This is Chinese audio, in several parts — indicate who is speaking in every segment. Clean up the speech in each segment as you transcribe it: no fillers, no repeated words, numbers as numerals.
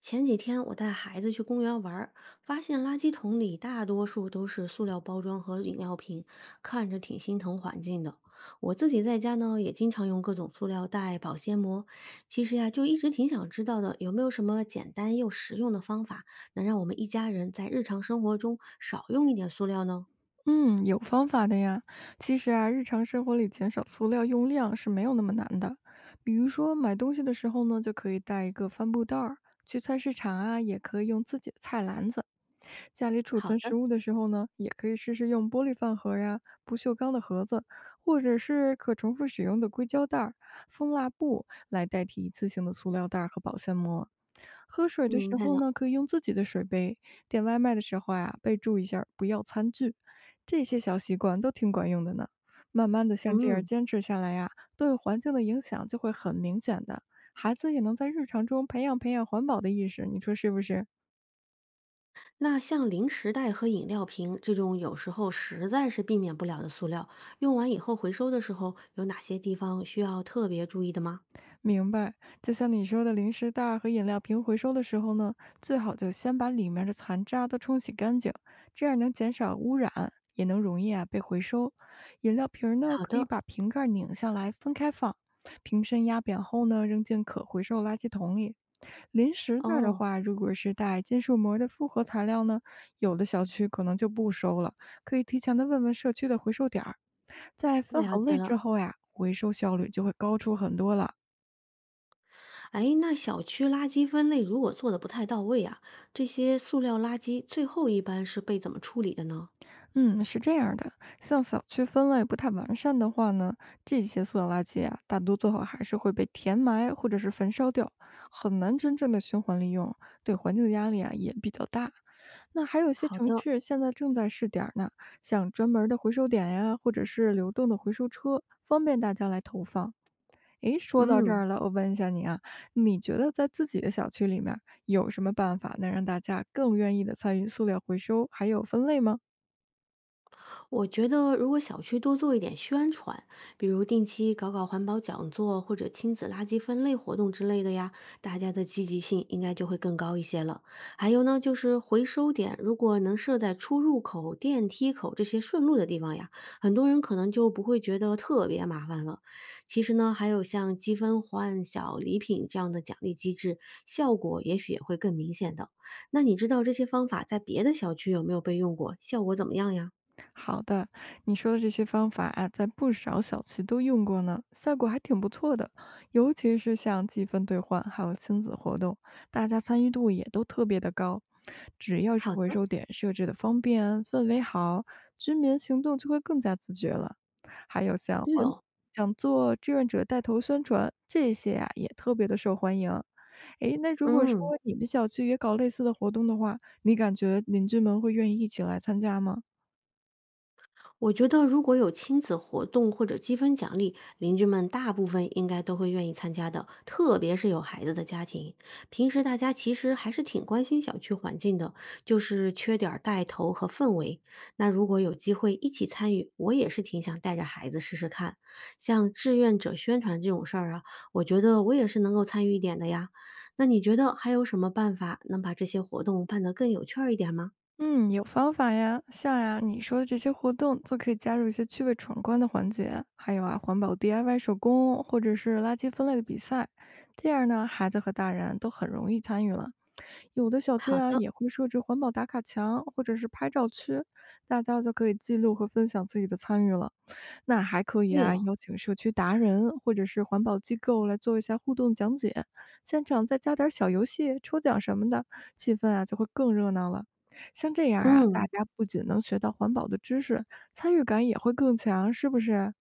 Speaker 1: 前几天我带孩子去公园玩儿，发现垃圾桶里大多数都是塑料包装和饮料瓶，看着挺心疼环境的。我自己在家呢，也经常用各种塑料袋、保鲜膜。其实呀，就一直挺想知道的，有没有什么简单又实用的方法，能让我们一家人在日常生活中少用一点塑料呢？
Speaker 2: 嗯，有方法的呀。其实啊，日常生活里减少塑料用量是没有那么难的。比如说买东西的时候呢，就可以带一个帆布袋儿；去菜市场啊，也可以用自己的菜篮子；家里储
Speaker 1: 好
Speaker 2: 存食
Speaker 1: 的。
Speaker 2: 物的时候呢，也可以试试用玻璃饭盒呀、不锈钢的盒子，或者是可重复使用的硅胶袋儿、蜂蜡布来代替一次性的塑料袋儿和保鲜膜。喝水的
Speaker 1: 明
Speaker 2: 时
Speaker 1: 白
Speaker 2: 候
Speaker 1: 了。
Speaker 2: 呢，可以用自己的水杯；点外卖的时候呀，备注一下儿不要餐具。这些小习惯都挺管用的呢。慢慢的，像这样
Speaker 1: 嗯。
Speaker 2: 坚持下来呀，对环境的影响就会很明显的。孩子也能在日常中培养培养环保的意识，你说是不是？
Speaker 1: 那像零食袋和饮料瓶这种有时候实在是避免不了的塑料，用完以后回收的时候，有哪些地方需要特别注意的吗？
Speaker 2: 明白，就像你说的，零食袋儿和饮料瓶回收的时候呢，最好就先把里面的残渣都冲洗干净，这样能减少污染，也能容易啊被回收。饮料瓶儿呢，
Speaker 1: 好
Speaker 2: 可以
Speaker 1: 的。
Speaker 2: 把瓶盖拧下来分开放，瓶身压扁后呢，扔进可回收垃圾桶里。零食袋儿的
Speaker 1: 哦。
Speaker 2: 话，如果是带金属膜的复合材料呢，有的小区可能就不收了，可以提前的问问社区的回收点儿。在分
Speaker 1: 了
Speaker 2: 好
Speaker 1: 解
Speaker 2: 类之
Speaker 1: 了。
Speaker 2: 后呀，回收效率就会高出很多了。
Speaker 1: 哎，那小区垃圾分类如果做的不太到位啊，这些塑料垃圾最后一般是被怎么处理的呢？
Speaker 2: 嗯，是这样儿的，像小区分类不太完善的话呢，这些塑料垃圾啊，大多最后还是会被填埋或者是焚烧掉，很难真正的循环利用，对环境的压力啊也比较大。那还有一些
Speaker 1: 好
Speaker 2: 城
Speaker 1: 的。
Speaker 2: 市现在正在试点儿呢，像专门儿的回收点呀，或者是流动的回收车，方便大家来投放。诶，说到这
Speaker 1: 嗯。
Speaker 2: 儿了，我问一下你啊，你觉得在自己的小区里面儿有什么办法能让大家更愿意的参与塑料回收还有分类吗？
Speaker 1: 我觉得，如果小区多做一点宣传，比如定期搞搞环保讲座或者亲子垃圾分类活动之类的呀，大家的积极性应该就会更高一些了。还有呢，就是回收点，如果能设在出入口、电梯口这些顺路的地方呀，很多人可能就不会觉得特别麻烦了。其实呢，还有像积分换小礼品这样的奖励机制，效果也许也会更明显的。那你知道这些方法在别的小区有没有被用过？效果怎么样呀？
Speaker 2: 好的，你说的这些方法啊，在不少小区都用过呢，效果还挺不错的。尤其是像积分兑换，还有亲子活动，大家参与度也都特别的高。只要是
Speaker 1: 好
Speaker 2: 回
Speaker 1: 的。
Speaker 2: 收点设置的方便，氛围好，居民行动就会更加自觉了。还有像
Speaker 1: 对
Speaker 2: 环保
Speaker 1: 哦。
Speaker 2: 讲座、志愿者带头宣传这些啊，也特别的受欢迎。诶，那如果说
Speaker 1: 嗯，
Speaker 2: 你们小区也搞类似的活动的话，你感觉邻居们会愿意一起来参加吗？
Speaker 1: 我觉得如果有亲子活动或者积分奖励，邻居们大部分应该都会愿意参加的，特别是有孩子的家庭。平时大家其实还是挺关心小区环境的，就是缺点儿带头和氛围。那如果有机会一起参与，我也是挺想带着孩子试试看。像志愿者宣传这种事儿啊，我觉得我也是能够参与一点的呀。那你觉得还有什么办法能把这些活动办得更有趣儿一点吗？
Speaker 2: 嗯，有方法呀，像呀你说的这些活动，就可以加入一些趣味闯关的环节，还有啊环保 DIY 手工或者是垃圾分类的比赛，这样呢孩子和大人都很容易参与了。有的小区
Speaker 1: 好
Speaker 2: 啊
Speaker 1: 的。
Speaker 2: 也会设置环保打卡墙或者是拍照区，大家就可以记录和分享自己的参与了。那还可以
Speaker 1: 对
Speaker 2: 啊，
Speaker 1: 哦。
Speaker 2: 邀请社区达人或者是环保机构来做一下互动讲解，现场再加点儿小游戏、抽奖什么的，气氛啊就会更热闹了。像这样啊，大
Speaker 1: 嗯。
Speaker 2: 家不仅能学到环保的知识，参与感也会更强，是不是？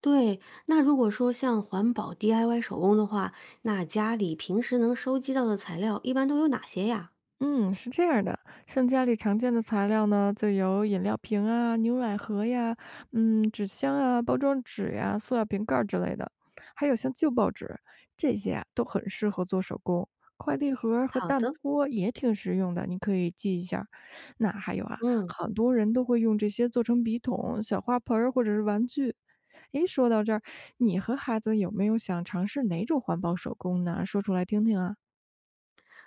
Speaker 1: 对，那如果说像环保 DIY 手工的话，那家里平时能收集到的材料一般都有哪些呀？
Speaker 2: 嗯，是这样的，像家里常见的材料呢，就有饮料瓶啊、牛奶盒呀、纸箱啊、包装纸呀、塑料瓶盖儿之类的，还有像旧报纸，这些啊都很适合做手工。快递盒儿和
Speaker 1: 好
Speaker 2: 蛋
Speaker 1: 的。
Speaker 2: 托也挺实用的，你可以记一下儿那还有啊，
Speaker 1: 嗯。
Speaker 2: 很多人都会用这些做成笔筒、小花盆儿或者是玩具。诶，说到这儿，你和孩子有没有想尝试哪种环保手工呢？说出来听听啊。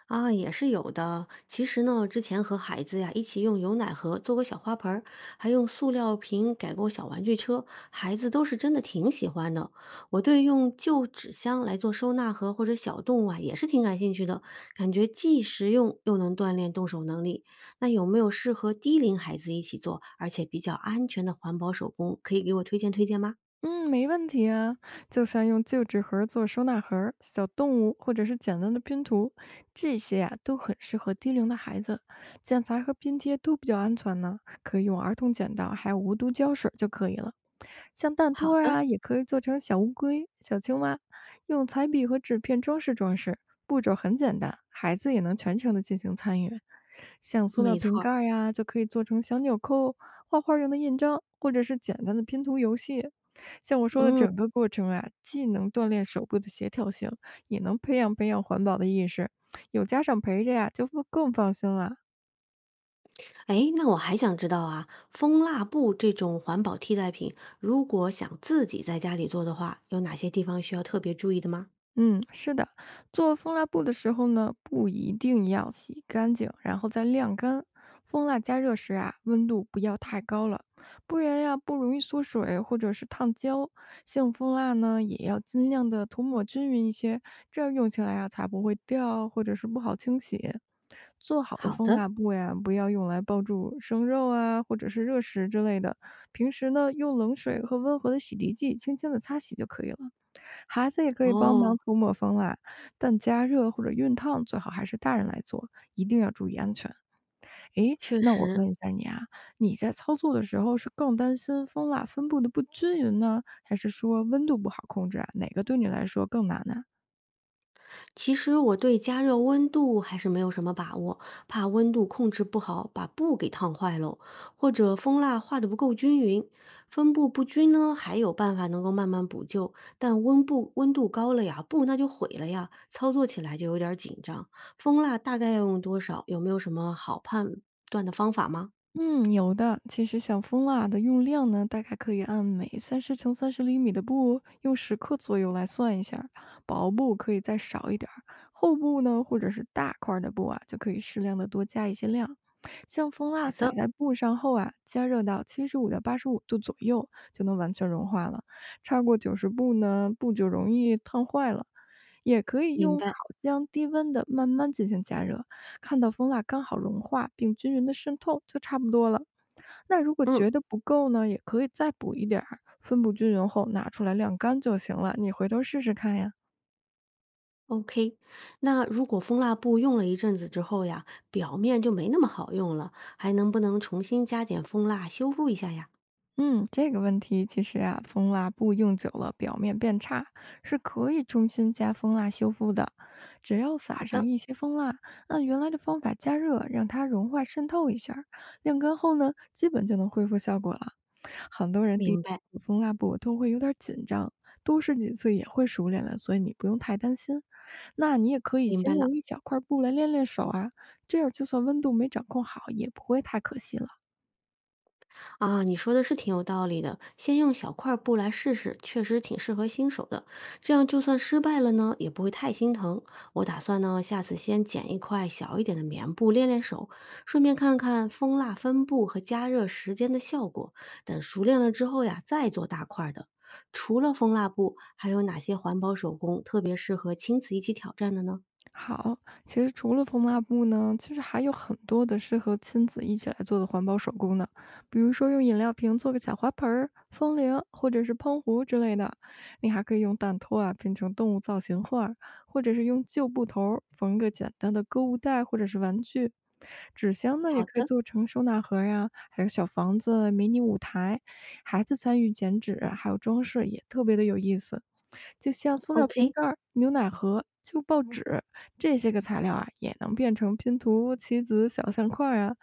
Speaker 1: 啊，也是有的。其实呢，之前和孩子呀一起用牛奶盒做过小花盆儿，还用塑料瓶改过小玩具车，孩子都是真的挺喜欢的。我对用旧纸箱来做收纳盒或者小动物啊，也是挺感兴趣的，感觉既实用又能锻炼动手能力。那有没有适合低龄孩子一起做，而且比较安全的环保手工，可以给我推荐推荐吗？
Speaker 2: 嗯，没问题啊。就像用旧纸盒做收纳盒儿小动物或者是简单的拼图，这些呀、都很适合低龄的孩子。剪裁和拼贴都比较安全呢，可以用儿童剪刀还有无毒胶水就可以了。像蛋
Speaker 1: 好
Speaker 2: 托儿
Speaker 1: 的。
Speaker 2: 啊，也可以做成小乌龟、小青蛙，用彩笔和纸片装饰装饰，步骤很简单，孩子也能全程的进行参与。像塑料
Speaker 1: 没
Speaker 2: 瓶
Speaker 1: 错儿。
Speaker 2: 盖儿呀，就可以做成小纽扣、画画用的印章，或者是简单的拼图游戏。像我说的
Speaker 1: 嗯。
Speaker 2: 整个过程啊，既能锻炼手部的协调性，也能培养培养环保的意识。有家长陪着呀、就会更放心了。
Speaker 1: 哎，那我还想知道啊，蜂蜡布这种环保替代品，如果想自己在家里做的话，有哪些地方需要特别注意的吗？
Speaker 2: 嗯，是的，做蜂蜡布的时候呢，不一定要洗干净，然后再晾干。蜂蜡加热时啊，温度不要太高了，不然呀、不容易缩水或者是烫焦。像蜂蜡呢，也要尽量的涂抹均匀一些，这样用起来啊才不会掉或者是不好清洗。做好的
Speaker 1: 好
Speaker 2: 蜂
Speaker 1: 的。
Speaker 2: 蜡布呀，不要用来包住生肉啊，或者是热食之类的。平时呢，用冷水和温和的洗涤剂轻轻的擦洗就可以了。孩子也可以帮
Speaker 1: 哦。
Speaker 2: 忙涂抹蜂蜡，但加热或者熨烫最好还是大人来做，一定要注意安全。诶，
Speaker 1: 确
Speaker 2: 那我
Speaker 1: 实。
Speaker 2: 问一下你啊，你在操作的时候是更担心蜂蜡分布的不均匀呢，还是说温度不好控制啊？哪个对你来说更难呢、
Speaker 1: 我对加热温度还是没有什么把握，怕温度控制不好把布给烫坏喽，或者蜂蜡化的不够均匀，分布不均呢，还有办法能够慢慢补救，但温布温度高了呀，布那就毁了呀，操作起来就有点儿紧张。蜂蜡大概要用多少？有没有什么好判断的方法吗？
Speaker 2: 嗯，有的。其实小蜂蜡的用量呢，大概可以按每30×30厘米的布用10克左右来算一下儿薄布可以再少一点儿，厚布呢或者是大块儿的布啊，就可以适量的多加一些量。像蜂蜡
Speaker 1: 好
Speaker 2: 撒
Speaker 1: 的。
Speaker 2: 在布上后啊，加热到75到85度左右就能完全融化了，超过90度呢，布就容易烫坏了。也可以
Speaker 1: 明
Speaker 2: 用烤
Speaker 1: 白。
Speaker 2: 箱低温的慢慢进行加热，看到蜂蜡刚好融化并均匀的渗透就差不多了。那如果
Speaker 1: 嗯。
Speaker 2: 觉得不够呢，也可以再补一点儿，分布均匀后拿出来晾干就行了。你回头试试看呀。
Speaker 1: OK。那如果蜂蜡布用了一阵子之后呀，表面就没那么好用了，还能不能重新加点蜂蜡修复一下呀？
Speaker 2: 嗯，这个问题其实啊，蜂蜡布用久了表面变差，是可以重新加蜂蜡修复的。只要
Speaker 1: 好
Speaker 2: 撒上
Speaker 1: 的。
Speaker 2: 一些蜂蜡，按原来的方法加热，让它融化渗透一下儿晾干后呢，基本就能恢复效果了。很多人第一
Speaker 1: 明白
Speaker 2: 次蜂蜡布都会有点儿紧张，多试几次也会熟练了，所以你不用太担心。那你也可以
Speaker 1: 明
Speaker 2: 先
Speaker 1: 白了。
Speaker 2: 用一小块布来练练手啊，这样就算温度没掌控好，也不会太可惜了。
Speaker 1: 啊，你说的是挺有道理的。先用小块布来试试，确实挺适合新手的。这样就算失败了呢，也不会太心疼。我打算呢，下次先剪一块小一点的棉布练练手，顺便看看蜂蜡分布和加热时间的效果。等熟练了之后呀，再做大块儿的。除了蜂蜡布，还有哪些环保手工特别适合亲子一起挑战的呢？
Speaker 2: 好，其实除了缝抹布呢，其实还有很多的适合亲子一起来做的环保手工呢，比如说用饮料瓶做个小花盆儿、风铃或者是喷壶之类的。你还可以用蛋托啊拼成动物造型画儿，或者是用旧布头儿缝个简单的购物袋或者是玩具。纸箱呢也
Speaker 1: 好
Speaker 2: 可以
Speaker 1: 的
Speaker 2: 做成收纳盒呀、还有小房子、迷你舞台，孩子参与剪纸还有装饰也特别的有意思。就像塑料瓶
Speaker 1: ，OK。
Speaker 2: 盖儿、牛奶盒、旧报纸这些个材料啊，也能变成拼图、棋子、小相框儿啊。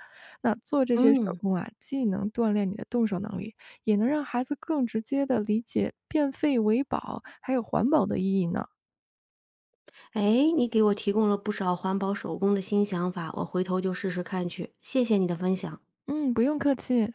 Speaker 2: 那做这些手
Speaker 1: 嗯。
Speaker 2: 工啊，既能锻炼你的动手能力，也能让孩子更直接的理解变废为宝还有环保的意义呢。
Speaker 1: 哎，你给我提供了不少环保手工的新想法，我回头就试试看去。谢谢你的分享。
Speaker 2: 嗯，不用客气。